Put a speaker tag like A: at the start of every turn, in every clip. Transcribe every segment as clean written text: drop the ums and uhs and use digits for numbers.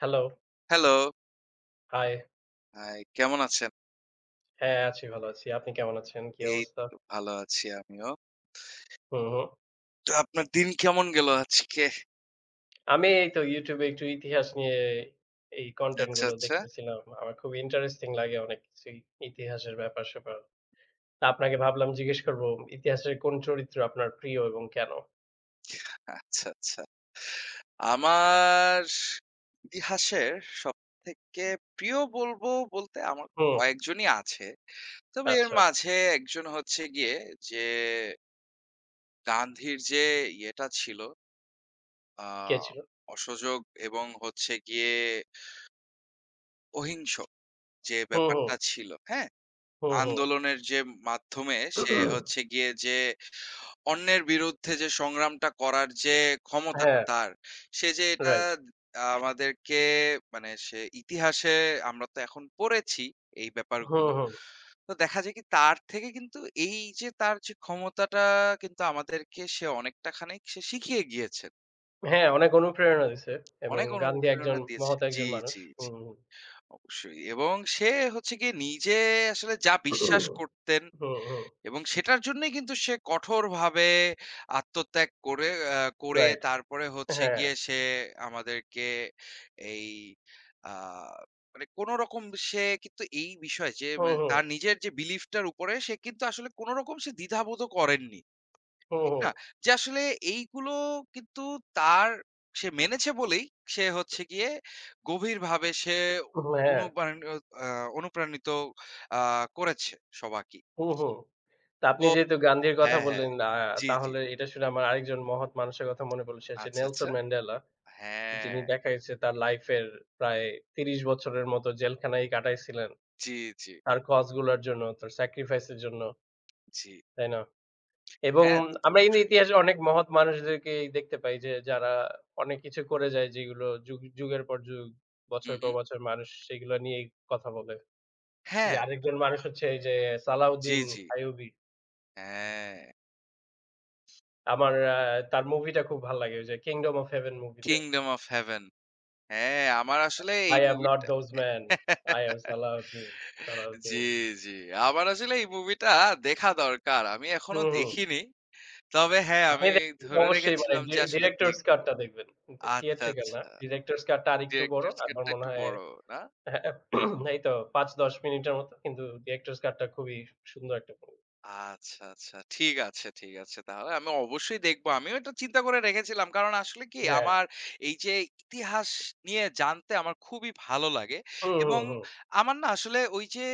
A: Hello,
B: hello.
A: High.
B: High, কেমন আছেন?
A: হ্যাঁ, আছি ভালো আছি। আপনি কেমন আছেন? কি
B: এই
A: অবস্থা?
B: তো ভালো আছি আমিও।
A: হুম, হুম।
B: তো আপনার দিন কেমন গেল আজকে?
A: আমি এই তো YouTube এ একটু ইতিহাস নিয়ে এই কনটেন্ট
B: আচ্ছা,
A: গুলো
B: আচ্ছা।
A: দেখতেছিলাম। আমার খুব ইন্টারেস্টিং লাগে অনেক কিছুই ইতিহাসের ব্যাপার-স্যাপার। তা আপনাকে ভাবলাম জিজ্ঞেস করব ইতিহাসের কোন চরিত্র আপনার প্রিয় এবং কেন?
B: আচ্ছা, আচ্ছা। আমার ইতিহাসের সবথেকে প্রিয় বলবো বলতে আমার
A: হুম,
B: কয়েকজনই আছে। তবে এর
A: আচ্ছা।
B: মাঝে একজন হচ্ছে গিয়ে যে গান্ধীর যে ইয়েটা ছিল আ
A: কে ছিল?
B: অসহযোগ এবং হচ্ছে গিয়ে অহিংস যে
A: হুম, হুম,
B: ব্যাপারটা ছিল, হ্যাঁ?
A: হুম, হুম।
B: আন্দোলনের যে মাধ্যমে সে হচ্ছে গিয়ে যে অন্যের বিরুদ্ধে যে সংগ্রামটা করার যে ক্ষমতাটা
A: হ্যাঁ,
B: তার, সে যে এটা
A: রাইট।
B: আমাদেরকে মানে সে ইতিহাসে আমরা তো এখন পড়েছি এই
A: হুম,
B: ব্যাপারগুলো।
A: হুম।
B: তো দেখা যায় কি তার থেকে কিন্তু এই যে তার যে ক্ষমতাটা কিন্তু আমাদেরকে সে অনেকটা খানিক সে শিখিয়ে গিয়েছেন।
A: হ্যাঁ, অনেক অনুপ্রেরণা দিছে এবং
B: অনেক
A: গান্ধী একজন
B: অনুপ্রেরণা দিয়েছে।
A: মহৎ
B: জি,
A: একজন মানুষ।
B: জি,
A: হুম,
B: জি।
A: হুম।
B: অবশ্যই এবং সে হচ্ছে গিয়ে নিজে আসলে যা বিশ্বাস করতেন
A: হুম, হুম।
B: এবং সেটার জন্যই কিন্তু সে কঠোরভাবে আত্মত্যাগ করে আ করে
A: রাইট।
B: তারপরে হচ্ছে
A: হ্যাঁ।
B: গিয়ে সে আমাদেরকে এই আ মানে কোনরকম সে কিন্তু এই বিষয় যে
A: হুম,
B: মানে
A: হুম।
B: তার নিজের যে বিলিফ টার উপরে সে কিন্তু আসলে কোনরকম সে দ্বিধাবোধও করেননি।
A: হুম,
B: ঠিক
A: হুম।
B: না? যে আসলে এইগুলো কিন্তু তার সে মেনেছে বলেই সে হচ্ছে গিয়ে গভীরভাবে সে
A: হুম, হ্যাঁ।
B: অনুপ্রাণিত আ অনুপ্রাণিত আ করেছে সবাইকে।
A: হুম, হুম। তো আপনি যেহেতু গান্ধীর কথা
B: হ্যাঁ, হ্যাঁ।
A: বললেন,
B: জি, জি।
A: তাহলে এটা শুনে আমার আরেকজন মহৎ মানুষের কথা মনে পড়ল। সে হচ্ছে
B: আচ্ছা,
A: নেলসন
B: আচ্ছা।
A: ম্যান্ডেলা। যিনি
B: হ্যাঁ।
A: দেখা গেছে তার লাইফের প্রায় ৩০ বছরের মতো জেলখানায়। কাটাইছিলেন।
B: জি, জি,
A: তার কজ গুলার জন্য, তার স্যাক্রিফাইস এর জন্য।
B: জি।
A: তাই না? এবং
B: হ্যাঁ, তা তো
A: আমরা কিন্তু
B: অবশ্যই।
A: ইতিহাসে অনেক মহৎ মানুষদেরকেই দেখতে পাই যে যারা অনেক কিছু করে যায়, যেগুলো যুগ যুগের পর যুগ,
B: হু,
A: বছর পর
B: হু।
A: বছর মানুষ সেগুলো নিয়েই কথা বলে। যে
B: হ্যাঁ,
A: আরেকজন মানুষ হচ্ছে এই যে
B: জি,
A: সালাউদ্দিন
B: জি।
A: আইয়ুবী।
B: হ্যাঁ,
A: আমার তার মুভিটা খুব ভাল লাগে। ওই যে 'Kingdom of Heaven' মুভিতে।
B: 'Kingdom of Heaven'. হ্যাঁ, আমার আসলে এই
A: 'I am not
B: মুভিটা
A: those men, I am Salahuddin,
B: G,
A: Salahuddin'.
B: জি। আমার আসলে এই মুভিটা দেখা দরকার। আমি এখনো
A: হুম, হুম।
B: দেখিনি। তবে হ্যাঁ,
A: আপনি
B: আমি
A: দেখবেন তো
B: ধরে
A: অবশ্যই, মানে
B: রেখেছিলাম যে আসলে
A: ডিরেক্টরস
B: দেখব।
A: কাট টা দেখবেন।
B: আচ্ছা,
A: থিয়েট্রিক্যাল না।
B: আচ্ছা।
A: ডিরেক্টরস কাট টা আরেকটু বড়।
B: ডিরেক্টরস
A: আমার
B: কাটটা
A: মনে
B: একটু
A: হয়
B: বড়, না?
A: এই তো ৫-১০ মিনিটের মতো। কিন্তু ডিরেক্টরস কাট টা খুবই সুন্দর একটা মুভি।
B: আচ্ছা, আচ্ছা। ঠিক আছে, ঠিক আছে। তাহলে আমি অবশ্যই দেখবো। আমিও এটা চিন্তা করে রেখেছিলাম। কারণ আসলে কি
A: হ্যাঁ।
B: আমার এই যে ইতিহাস নিয়ে জানতে আমার খুবই ভালো লাগে।
A: হুম, হুম,
B: এবং
A: হুম।
B: আমার না আসলে ওই যে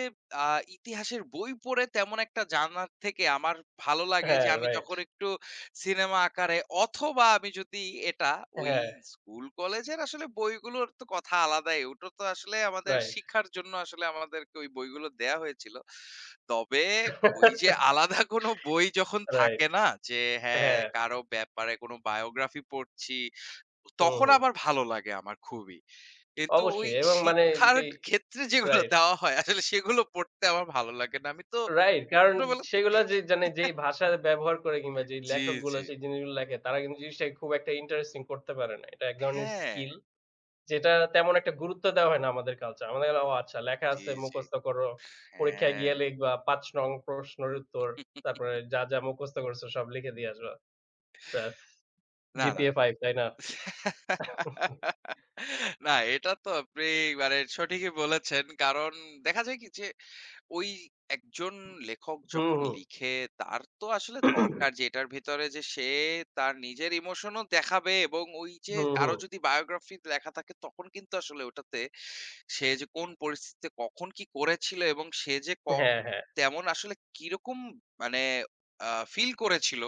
B: আ ইতিহাসের বই পড়ে তেমন একটা জানার থেকে আমার ভালো লাগে
A: হ্যাঁ,
B: যে আমি
A: রাইট।
B: যখন একটু সিনেমা আকারে অথবা আমি যদি এটা ওই
A: হ্যাঁ,
B: স্কুল কলেজের আসলে বইগুলোর তো কথা আলাদাই। ওটা তো আসলে আমাদের
A: রাইট।
B: শিক্ষার জন্য আসলে আমাদেরকে ওই বইগুলো দেয়া হয়েছিল। তবে ওই যে আলাদা কোনো বই যখন
A: রাইট।
B: থাকে না যে হ্যাঁ,
A: হ্যাঁ।
B: কারো ব্যাপারে কোনো বায়োগ্রাফি পড়ছি,
A: হুম,
B: তখন
A: হুম।
B: আবার ভালো লাগে আমার খুবই। কিন্তু ওই
A: অবশ্যই, এবং মানে
B: শিক্ষার
A: যেই
B: ক্ষেত্রে যেগুলো
A: রাইট।
B: দেওয়া হয় আসলে সেগুলো পড়তে আমার ভালো লাগে না। আমি তো
A: রাইট। কারণ
B: ছোটবেলা থেকে
A: সেগুলা যে জানে, যেই ভাষা ব্যবহার করে কিংবা যেই
B: জি,
A: লেখকগুলা
B: জি।
A: সেই জিনিসগুলো লেখে, তারা কিন্তু জিনিসটাকে খুব একটা ইন্টারেস্টিং করতে পারে না। এটা এক ধরনের
B: হ্যাঁ,
A: স্কিল। যেটা তেমন একটা গুরুত্ব দেওয়া হয় না আমাদের কালচারে। আমাদের কাছে, "ও আচ্ছা লেখা
B: জি,
A: আছে
B: জি।
A: মুখস্থ করো। পরীক্ষায়
B: হ্যাঁ।
A: গিয়ে লিখবা ৫ নং প্রশ্নের উত্তর। তারপরে যা মুখস্থ করছো সব লিখে দিয়ে আসবা। ব্যাস।
B: না, না।
A: জিপিএ 5।" তাই না?
B: না, এটা তো আপনি মানে সঠিকই বলেছেন। কারণ দেখা যায় কি? যে ওই একজন লেখক
A: হুম,
B: যখন
A: হুম।
B: লিখে তার তো আসলে দরকার যে এটার ভেতরে যে সে তার নিজের ইমোশনও দেখাবে এবং ওই যে
A: হুম, হুম।
B: কারো যদি বায়োগ্রাফি লেখা থাকে তখন কিন্তু আসলে ওটাতে সে যে কোন পরিস্থিতিতে কখন কি করেছিল এবং সে যে ক
A: হ্যাঁ, হ্যাঁ।
B: তেমন আসলে কিরকম মানে ফিল করেছিল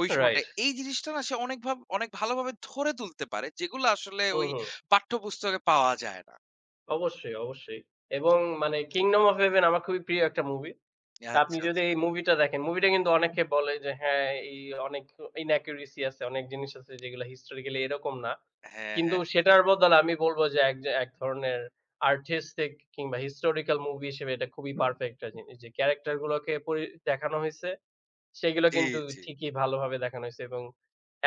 B: ওই
A: রাইট।
B: সময়টায়। এই জিনিসটা না সে অনেক ভাব অনেক ভালোভাবে ধরে তুলতে পারে, যেগুলো আসলে
A: হুম,
B: ওই
A: হুম।
B: পাঠ্যপুস্তকে পাওয়া যায় না।
A: অবশ্যই, অবশ্যই। এবং মানে 'Kingdom of Heaven' আমার খুবই প্রিয় একটা মুভি। তা আপনি
B: আচ্ছা,
A: যদি
B: আচ্ছা।
A: এই মুভিটা দেখেন, মুভিটা কিন্তু অনেকে বলে যে হ্যাঁ, এই অনেক inaccuracy আছে, অনেক জিনিস আছে যেগুলা historically এরকম না।
B: হ্যাঁ,
A: কিন্তু
B: হ্যাঁ।
A: সেটার বদলে আমি বলব যে এক ধরনের artistic কিংবা historical মুভি হিসেবে এটা খুবই পারফেক্ট একটা জিনিস। যে ক্যারেক্টার গুলোকে দেখানো হইছে সেগুলো
B: জি,
A: কিন্তু
B: জি।
A: ঠিকই ভালোভাবে দেখানো হইছে, এবং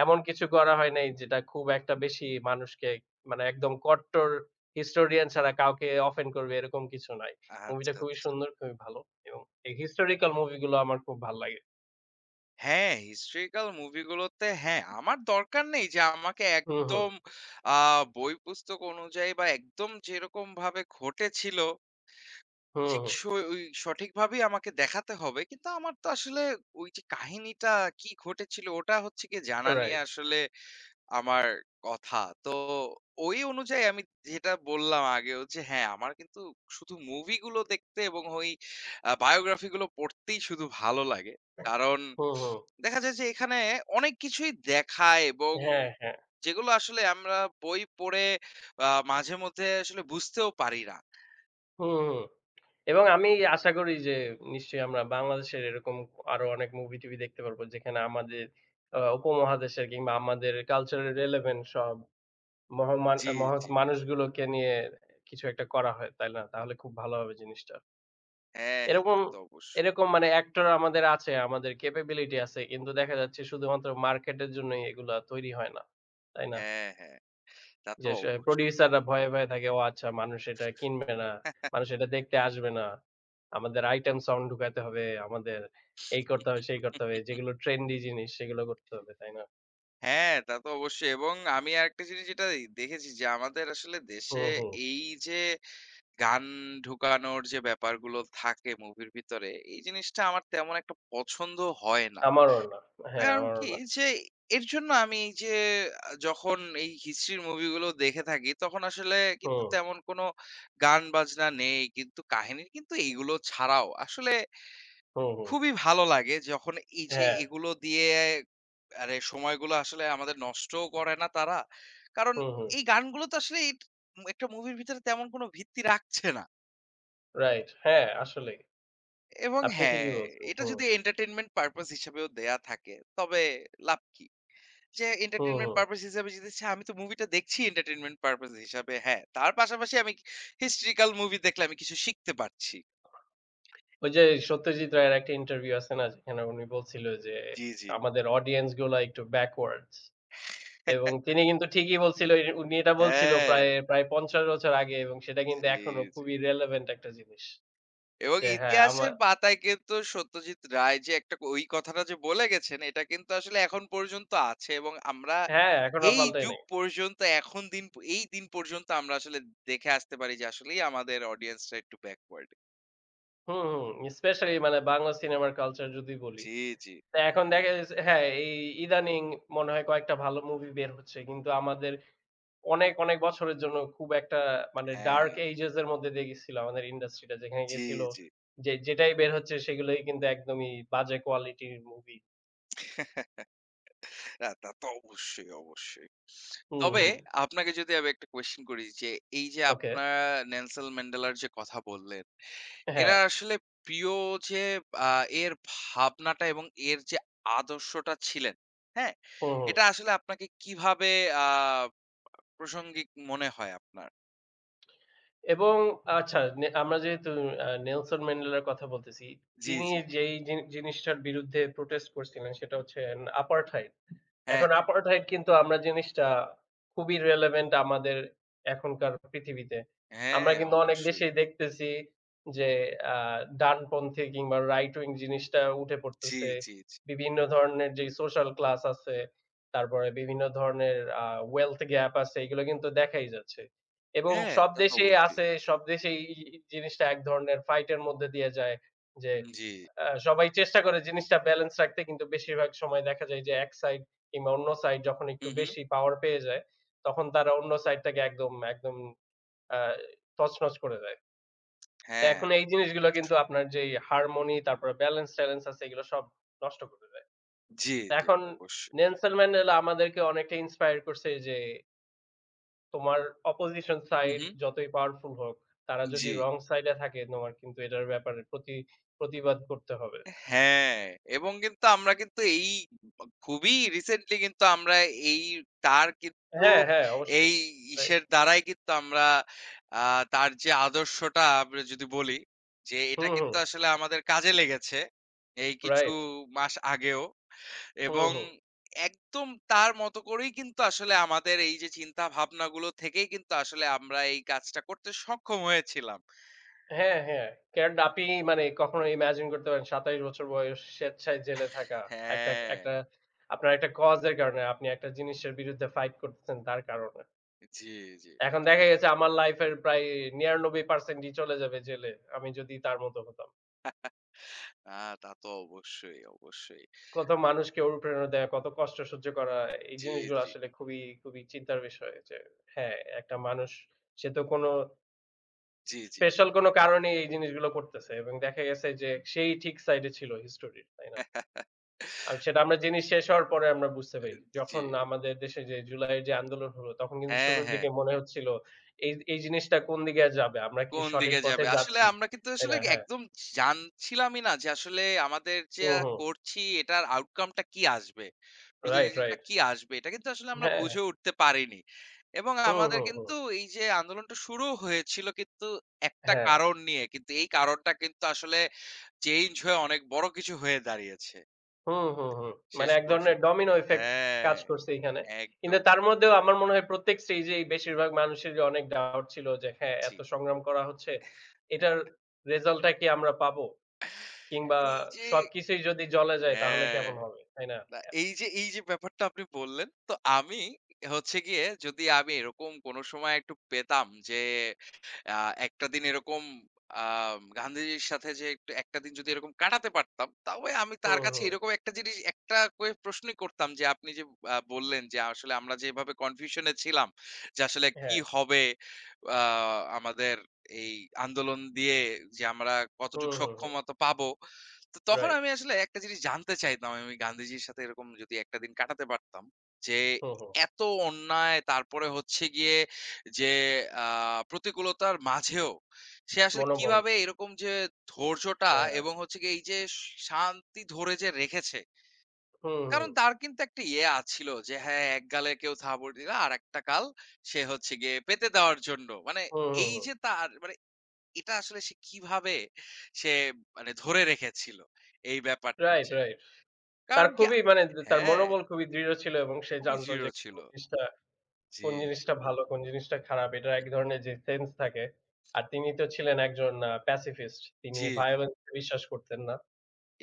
A: এমন কিছু করা হয় নাই যেটা খুব একটা বেশি মানুষকে, মানে একদম কট্টর historian ছাড়া কাউকে offend করবে, এরকম কিছু নাই। মুভিটা
B: আচ্ছা,
A: খুবই
B: আচ্ছা।
A: সুন্দর, খুবই ভালো, এবং এই historical মুভিগুলো আমার খুব ভাল লাগে।
B: হ্যাঁ, হিস্ট্রিক্যাল মুভিগুলোতে হ্যাঁ, আমার দরকার নেই যে আমাকে
A: হুম, হুম।
B: একদম আ বই পুস্তক অনুযায়ী বা একদম যেরকমভাবে ঘটেছিল,
A: হুম,
B: ঠিক
A: হুম।
B: স ওই সঠিকভাবেই আমাকে দেখাতে হবে। কিন্তু আমার তো আসলে ওই যে কাহিনীটা কি ঘটেছিল ওটা হচ্ছে গিয়ে জানা নিয়ে
A: রাইট।
B: আসলে আমার কথা। তো ওই অনুযায়ী আমি যেটা বললাম আগেও যে হ্যাঁ, আমার কিন্তু শুধু মুভিগুলো দেখতে এবং ওই বায়োগ্রাফি গুলো পড়তেই শুধু ভালো লাগে। কারণ
A: হুম, হুম।
B: দেখা যায় যে এখানে অনেক কিছুই দেখায় এবং
A: হ্যাঁ, হ্যাঁ।
B: যেগুলো আসলে আমরা বই পড়ে আ মাঝে মধ্যে আসলে বুঝতেও পারি না।
A: হুম, হুম। এবং আমি আশা করি যে নিশ্চয়ই আমরা বাংলাদেশের এরকম আরো অনেক মুভি-টুভি দেখতে পারবো, যেখানে আমাদের উপমহাদেশের কিংবা আমাদের কালচারাল রেলেভেন্ট সব মহমান আ
B: জি,
A: মহৎ
B: জি।
A: মানুষগুলোকে নিয়ে কিছু একটা করা হয়, তাই না? তাহলে খুব ভালো হবে জিনিসটা।
B: হ্যাঁ, হ্যাঁ। তা
A: এরকম
B: তো অবশ্যই।
A: এরকম মানে অ্যাক্টর আমাদের আছে, আমাদের ক্যাপাবিলিটি আছে। কিন্তু দেখা যাচ্ছে শুধুমাত্র মার্কেটের জন্যই এগুলা তৈরি হয় না। তাই না?
B: হ্যাঁ, হ্যাঁ। তা তো
A: যে সে
B: অবশ্যই।
A: প্রোডিউসাররা ভয়ে থাকে, "ও আচ্ছা মানুষ এটা কিনবে না, মানুষ এটা দেখতে আসবে না। আমাদের আইটেম সং ঢুকাইতে হবে, আমাদের এই করতে হবে, সেই করতে হবে।" যেগুলো ট্রেন্ডি জিনিস সেগুলো করতে হবে, তাই না?
B: হ্যাঁ, তা তো অবশ্যই এবং আমি আরেকটা জিনিস যেটা এই দেখেছি যে আমাদের আসলে
A: হুম,
B: দেশে
A: হুম।
B: এই যে গান ঢোকানোর যে ব্যাপারগুলো থাকে মুভির ভিতরে, এই জিনিসটা আমার তেমন একটা পছন্দ হয় না।
A: আমারও না। হ্যাঁ,
B: কারণ
A: আমারও
B: কি
A: না।
B: যে এর জন্য আমি এই যে যখন এই হিস্ট্রির মুভিগুলো দেখে থাকি তখন আসলে কিন্তু
A: হুম,
B: তেমন কোনো গান বাজনা নেই। কিন্তু কাহিনীর কিন্তু এইগুলো ছাড়াও আসলে
A: হুম, হুম।
B: খুবই ভালো লাগে যখন এই যে
A: হ্যাঁ,
B: এগুলো দিয়ে আরে সময়গুলো আসলে আমাদের নষ্টও করে না তারা। কারণ
A: হুম, হুম।
B: এই গানগুলো তো আসলে এট একটা মুভির ভিতরে তেমন কোনো ভিত্তি রাখছে না।
A: রাইট। হ্যাঁ, আসলেই।
B: এবং
A: আপনি
B: হ্যাঁ,
A: ঠিকই বলছেন।
B: এটা
A: হুম,
B: যদি entertainment purpose হিসেবেও দেয়া থাকে, তবে লাভ কি? যে
A: হুম,
B: entertainment
A: হুম।
B: purpose হিসেবে যদি ছে আমি তো মুভিটা দেখছি entertainment purpose হিসাবে, হ্যাঁ। তার পাশাপাশি আমি historical মুভি দেখলে আমি কিছু শিখতে পারছি।
A: ওই যে সত্যজিৎ রায়ের একটা ইন্টারভিউ আছে না? যেখানে উনি বলছিল যে,
B: জি, জি।
A: "আমাদের অডিয়েন্স গুলা একটু ব্যাকওয়ার্ডস।" এবং তিনি কিন্তু ঠিকই বলছিল, উনি এটা বলছিল
B: হ্যাঁ,
A: প্রায় ৫০ বছর আগে, এবং সেটা
B: জি,
A: কিন্তু এখনো
B: জি।
A: খুবই রেলেভেন্ট একটা জিনিস।
B: এবং
A: যে হ্যাঁ, আমা
B: ইতিহাসের পাতায় কিন্তু সত্যজিৎ রায় যে একটা ওই কথাটা যে বলে গেছেন এটা কিন্তু আসলে এখন পর্যন্ত আছে এবং আমরা
A: হ্যাঁ, এখন আর
B: এই
A: পাল্টাই
B: যুগ
A: নাই।
B: পর্যন্ত এখন দিন প- এই দিন পর্যন্ত আমরা আসলে দেখে আসতে পারি যে আসলেই আমাদের অডিয়েন্সটা একটু ব্যাকওয়ার্ড।
A: হুম, হুম। স্পেশালি মানে বাংলা সিনেমার কালচার যদি বলি।
B: জি, জি,
A: তো এখন দেখা গেছে হ্যাঁ, এই ইদানিং মনে হয় কয়েকটা ভালো মুভি বের হচ্ছে। কিন্তু আমাদের অনেক, অনেক বছরের জন্য খুব একটা মানে
B: হ্যাঁ,
A: ডার্ক এজেস এর মধ্যে দিয়ে গেছিল আমাদের ইন্ডাস্ট্রিটা। যেখানে
B: জি,
A: গেছিল
B: জি।
A: যে যেটাই বের হচ্ছে সেগুলোই কিন্তু একদমই বাজে কোয়ালিটির মুভি।
B: হ্যাঁ, তা তো অবশ্যই, অবশ্যই।
A: হুম,
B: তবে
A: হুম।
B: আপনাকে যদি আমি একটা কোয়েশ্চেন করি যে, এই যে
A: ওকে।
B: আপনারা নেলসন ম্যান্ডেলার যে কথা বললেন,
A: হ্যাঁ।
B: এনার আসলে প্রিয় যে আ এর ভাবনাটা এবং এর যে আদর্শটা ছিলেন, হ্যাঁ?
A: হুম, হুম।
B: এটা আসলে আপনাকে কিভাবে আ প্রাসঙ্গিক মনে হয় আপনার?
A: এবং আচ্ছা নে আমরা যেহেতু নেলসন ম্যান্ডেলার কথা বলতেছি,
B: জি,
A: তিনি
B: জি।
A: যেই জিনিসটার বিরুদ্ধে প্রোটেস্ট করছিলেন সেটা হচ্ছে apartheid।
B: হ্যাঁ,
A: এখন
B: হ্যাঁ।
A: apartheid কিন্তু আমরা জিনিসটা খুবই relevant আমাদের এখনকার পৃথিবীতে। আমরা
B: হ্যাঁ,
A: কিন্তু অনেক
B: অবশ্যই।
A: দেশেই দেখতেছি যে আ ডানপন্থী কিংবা right wing জিনিসটা উঠে
B: জি,
A: পড়তেছে।
B: জি, জি।
A: বিভিন্ন ধরনের যে social class আছে, তারপরে বিভিন্ন ধরনের wealth gap আছে, এগুলো কিন্তু দেখাই যাচ্ছে। এবং
B: হ্যাঁ,
A: সব
B: তা তো
A: দেশেই
B: অবশ্যই।
A: আছে, সব দেশেই এই জিনিসটা এক ধরনের ফাইটের মধ্যে দিয়ে যায় যে
B: জি।
A: সবাই চেষ্টা করে জিনিসটা ব্যালেন্স রাখতে, কিন্তু বেশিরভাগ সময় দেখা যায় যে এক সাইড কিংবা অন্য সাইড যখন একটু
B: হু, হু।
A: বেশি পাওয়ার পেয়ে যায়, তখন তারা অন্য সাইডটাকে একদম আ তছনছ করে দেয়। তো
B: হ্যাঁ।
A: এখন এই জিনিসগুলো কিন্তু আপনার যেই হারমোনি তারপরে ব্যালেন্স-ট্যালেন্স আছে এগুলো সব নষ্ট করে দেয়।
B: জি,
A: তো
B: জি।
A: এখন
B: অবশ্যই।
A: নেলসন ম্যান্ডেলা আমাদেরকে অনেকটা ইন্সপায়ার করছে যে তোমার অপোজিশন
B: হু,
A: সাইড
B: হু।
A: যতই পাওয়ারফুল হোক, তারা যদি
B: জি।
A: রং সাইডে থাকে তোমার কিন্তু এটার ব্যাপারে প্রতিবাদ করতে হবে।
B: হ্যাঁ, এবং কিন্তু আমরা কিন্তু এই খুবই রিসেন্টলি কিন্তু আমরা এই তার কিন্তু
A: হ্যাঁ, হ্যাঁ
B: এই
A: অবশ্যই।
B: ইসের দ্বারাই কিন্তু আমরা আ তার যে আদর্শটা আমরা যদি বলি যে এটা
A: হুম, হুম।
B: কিন্তু আসলে আমাদের কাজে লেগেছে এই কিছু
A: রাইট।
B: মাস আগেও
A: হুম,
B: এবং
A: হুম।
B: একদম তার মতো করেই কিন্তু আসলে আমাদের এই যে চিন্তা ভাবনাগুলো থেকেই কিন্তু আসলে আমরা এই কাজটা করতে সক্ষম হয়েছিলাম।
A: হ্যাঁ, হ্যাঁ। কারণ আপনি মানে কখনো ইমাজিন করতে পারেন ২৭ বছর বয়স স্বেচ্ছায় জেলে থাকা। একটা
B: হ্যাঁ,
A: একটা আপনার একটা কজ এর কারণে আপনি একটা জিনিসের বিরুদ্ধে ফাইট করতেছেন তার কারণে।
B: জি, জি।
A: এখন দেখা গেছে আমার লাইফ এর প্রায় ৯৯% ই চলে যাবে জেলে। আমি যদি তার মতো হতাম।
B: তা তো অবশ্যই, অবশ্যই।
A: কত মানুষকে অনুপ্রেরণা দেয়া, কত কষ্ট সহ্য করা, এই
B: জি,
A: জিনিসগুলো
B: জি,
A: আসলে খুবই চিন্তার বিষয়, যে হ্যাঁ, একটা মানুষ সে তো কোনো
B: জি, জি।
A: স্পেশাল কোনো কারণে এই জিনিসগুলো করতেছে, এবং দেখা গেছে যে সেই ঠিক সাইডে ছিল হিস্টোরির, তাই না? আর সেটা আমরা জিনিস শেষ হওয়ার পরে আমরা বুঝতে পারি।
B: জি।
A: যখন আমাদের দেশে যে জুলাইয়ের যে আন্দোলন হলো তখন কিন্তু
B: হ্যাঁ,
A: শুরুর
B: হ্যাঁ।
A: দিকে মনে হচ্ছিল এই এই জিনিসটা কোন দিকে যাবে? আমরা কি
B: কোন
A: সঠিক
B: দিকে
A: পথে
B: যাবে? আসলে
A: যাচ্ছি?
B: আমরা কিন্তু
A: তাই
B: আসলে
A: না? হ্যাঁ।
B: একদম জানছিলামই না যে আসলে আমাদের যা
A: হুম, হুম।
B: করছি এটার আউটকাম টা কি আসবে।
A: রাইট,
B: প্রতিনিধিটা
A: রাইট।
B: কি আসবে? এটা কিন্তু আসলে আমরা
A: হ্যাঁ।
B: বুঝে উঠতে পারিনি। এবং
A: হুম,
B: আমাদের
A: হুম, হুম।
B: কিন্তু এই যে আন্দোলনটা শুরু হয়েছিল কিন্তু একটা
A: হ্যাঁ।
B: কারণ নিয়ে। কিন্তু এই কারণটা কিন্তু আসলে চেঞ্জ হয়ে অনেক বড় কিছু হয়ে দাঁড়িয়েছে।
A: হুম, হুম, হুম। মানে
B: শেষ
A: এক ধরনের
B: পর্যন্ত।
A: ডমিনো ইফেক্ট
B: হ্যাঁ।
A: কাজ করছে এইখানে। কিন্তু
B: একদমই।
A: তার মধ্যেও আমার মনে হয় প্রত্যেক স্টেজেই বেশিরভাগ মানুষেরই অনেক ডাউট ছিল যে হ্যাঁ,
B: জি।
A: এত সংগ্রাম করা হচ্ছে। এটার রেজাল্ট টা কি আমরা পাবো? কিংবা
B: এই যে
A: সবকিছুই যদি জ্বলে যায় তাহলে
B: হ্যাঁ।
A: কেমন হবে, তাই না?
B: না, এই যে এই যে ব্যাপারটা আপনি বললেন, তো আমি হচ্ছে গিয়ে যদি আমি এরকম কোনো সময় একটু পেতাম যে আ একটা দিন এরকম আ গান্ধীজির সাথে যে একটু একটা দিন যদি এরকম কাটাতে পারতাম, তবে আমি তার
A: হুম,
B: কাছে
A: হুম।
B: এরকম একটা জিনিস একটা করে প্রশ্নই করতাম যে আপনি যে বললেন যে আসলে আমরা যেভাবে কনফিউশন এ ছিলাম যে আসলে কি
A: হ্যাঁ।
B: হবে আ আমাদের এই আন্দোলন দিয়ে যে আমরা
A: হুম,
B: কতটুকু
A: হুম, হুম।
B: সক্ষমতা পাবো। তো তখন
A: রাইট।
B: আমি আসলে একটা জিনিস জানতে চাইতাম আমি গান্ধীজির সাথে এরকম যদি একটা দিন কাটাতে পারতাম। যে
A: হুম, হুম।
B: এত অন্যায় তারপরে হচ্ছে গিয়ে যে আ প্রতিকূলতার মাঝেও সে আসলে
A: মনোবল।
B: কিভাবে এরকম যে ধৈর্যটা
A: হ্যাঁ।
B: এবং হচ্ছে গিয়ে এই যে শান্তি ধরে যে রেখেছে।
A: হুম, হুম।
B: কারণ তার কিন্তু একটা ইয়ে ছিল যে হ্যাঁ, এক গালে কেউ থাপ্পড় দিলে আরেকটা গাল সে হচ্ছে গিয়ে পেতে দেওয়ার জন্য। মানে
A: হুম, হুম,
B: এই
A: হুম।
B: যে তার মানে এটা আসলে সে কিভাবে সে মানে ধরে রেখেছিল এই ব্যাপারটা
A: রাইট,
B: সে।
A: রাইট। তার
B: কারণ কি
A: খুবই মানে তার
B: হ্যাঁ,
A: মনোবল খুবই দৃঢ় ছিল এবং সে
B: খুবই
A: জানত যে
B: দৃঢ় ছিল।
A: কোন জিনিসটা
B: জি,
A: কোন
B: জি,
A: জিনিসটা ভালো, কোন জিনিসটা খারাপ, এটার এক ধরনের যে সেন্স থাকে। আর তিনি তো ছিলেন একজন প্যাসিফিস্ট। তিনি
B: জি, জি,
A: ভায়োলেন্স এ বিশ্বাস করতেন না।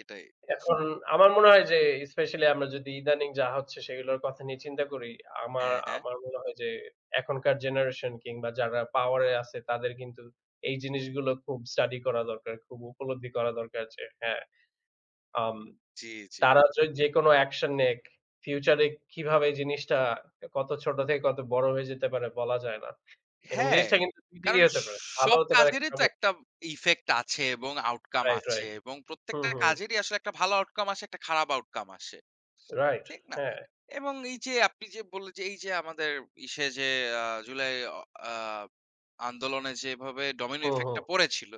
B: এটাই।
A: এখন আমার মনে হয় যে স্পেশালি আমরা যদি ইদানিং যা হচ্ছে সেগুলোর কথা নিয়ে চিন্তা করি, আমার
B: হ্যাঁ, হ্যাঁ।
A: আমার মনে হয় যে এখনকার জেনারেশন কিংবা যারা পাওয়ার এ আছে তাদের কিন্তু এই জিনিসগুলো খুব স্টাডি করা দরকার, খুব উপলব্ধি করা দরকার যে হ্যাঁ, আম
B: জি, জি।
A: তারা যে যেকোনো অ্যাকশন নেক, ফিউচার এ কিভাবে এই জিনিসটা কত ছোট থেকে কত বড় হয়ে যেতে পারে বলা যায় না। এবং
B: হ্যাঁ,
A: জিনিসটা কিন্তু ২
B: কারণ
A: দিকেই হতে পারে। ভালো
B: সব
A: হতে পারে,
B: কাজেরই তো
A: খারাপও।
B: একটা ইফেক্ট আছে এবং আউটকাম
A: রাইট,
B: আছে
A: রাইট।
B: এবং
A: হুম,
B: প্রত্যেকটা
A: হুম।
B: কাজেরই আসলে একটা ভালো আউটকাম আসে, একটা খারাপ আউটকাম আসে।
A: রাইট।
B: ঠিক না?
A: হ্যাঁ।
B: এবং এই যে আপনি যে বললেন যে এই যে আমাদের ইসে যে আ জুলাই অ আ আন্দোলনে যেভাবে ডমিনো
A: হুম,
B: ইফেক্ট
A: হুম।
B: টা পড়েছিল।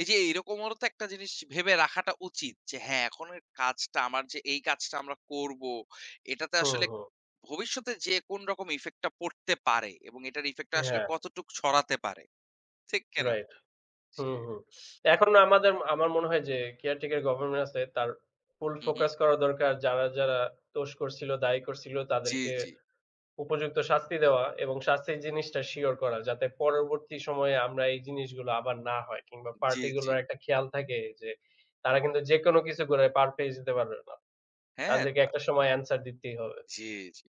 B: এই যে এরকমও তো একটা জিনিস ভেবে রাখাটা উচিত যে হ্যাঁ, এখনের কাজটা আমার যে এই কাজটা আমরা করব, এটাতে
A: হুম,
B: আসলে
A: হুম।
B: ভবিষ্যতে যে কোন রকম ইফেক্ট টা পড়তে পারে এবং এটার ইফেক্ট টা আসলে
A: হ্যাঁ,
B: কতটুক ছড়াতে পারে। ঠিক কিনা?
A: রাইট। হুম,
B: জি।
A: হুম। এখন আমাদের আমার মনে হয় যে কেয়ারটেকার গভর্নমেন্ট আছে তার ফুল
B: হু, হু।
A: ফোকাস করা দরকার যারা, যারা দোষ করছিল, দায়ী করছিল
B: জি,
A: তাদেরকে
B: জি।
A: উপযুক্ত শাস্তি দেওয়া এবং শাস্তির জিনিসটা সিওর করা যাতে পরবর্তী সময়ে আমরা এই জিনিসগুলো আবার না হয়, কিংবা
B: জি, জি।
A: পার্টিগুলোর একটা খেয়াল থাকে যে তারা কিন্তু যেকোনো কিছু করে পার পেয়ে যেতে পারবে না।
B: হ্যাঁ,
A: তাদেরকে একটা সময় অ্যানসার দিতেই হবে।
B: জি, জি।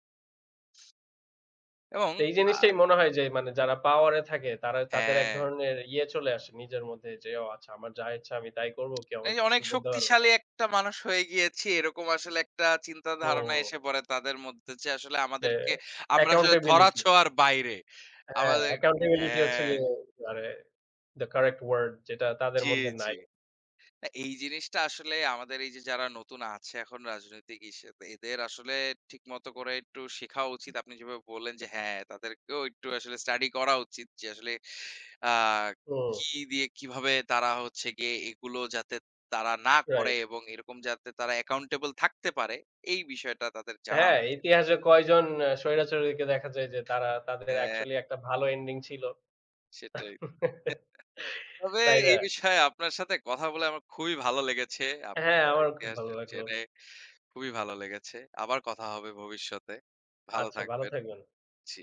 B: এবং
A: তো এই
B: আ
A: জিনিসটাই মনে হয় যে মানে যারা পাওয়ারে থাকে তারা তাদের এক
B: হ্যাঁ।
A: ধরনের ইয়ে চলে আসে নিজের মধ্যে যে ও আচ্ছা আমার যা ইচ্ছা আমি তাই করবো। কেউ
B: এই
A: আমাকে
B: যে
A: কিছু
B: অনেক
A: বলতে পারবে না।
B: শক্তিশালী একটা মানুষ হয়ে গিয়েছি এরকম আসলে একটা চিন্তা
A: হুম,
B: ধারণা
A: হুম।
B: এসে পড়ে তাদের মধ্যে যে আসলে
A: যে
B: আমাদেরকে আমরা আসলে ধরা
A: accountability।
B: ছোঁয়ার বাইরে।
A: হ্যাঁ,
B: আমাদের
A: accountability হচ্ছে
B: হ্যাঁ,
A: গিয়ে মানে the correct word, যেটা তাদের
B: জি,
A: মধ্যে
B: জি।
A: নাই।
B: না, এই জিনিসটা আসলে আমাদের এই যে যারা নতুন আছে এখন রাজনৈতিক হিসেবে এদের আসলে ঠিক মতো করে একটু শেখা উচিত। আপনি যেভাবে বললেন যে হ্যাঁ, তাদেরকেও একটু আসলে স্টাডি করা উচিত যে আসলে আ
A: হুম,
B: কি দিয়ে কিভাবে তারা হচ্ছে গিয়ে এগুলো যাতে তারা না করে
A: রাইট।
B: এবং এরকম যাতে তারা accountable থাকতে পারে এই বিষয়টা তাদের জানা
A: হ্যাঁ,
B: উচিত।
A: ইতিহাসে কয়জন স্বৈরাচারীকে দেখা যায় যে তারা তাদের
B: হ্যাঁ,
A: actually একটা ভালো ending ছিল।
B: সেটাই। তবে
A: তাই না?
B: এই বিষয়ে আপনার সাথে কথা বলে আমার খুবই ভালো লেগেছে।
A: হ্যাঁ,
B: আপনার
A: আমারও খুব
B: ইতিহাস
A: ভালো লাগলো।
B: জেনে খুবই ভালো লেগেছে। আবার কথা হবে ভবিষ্যতে। ভালো
A: আচ্ছা, ভালো
B: থাকবেন।
A: থাকবেন।
B: জি।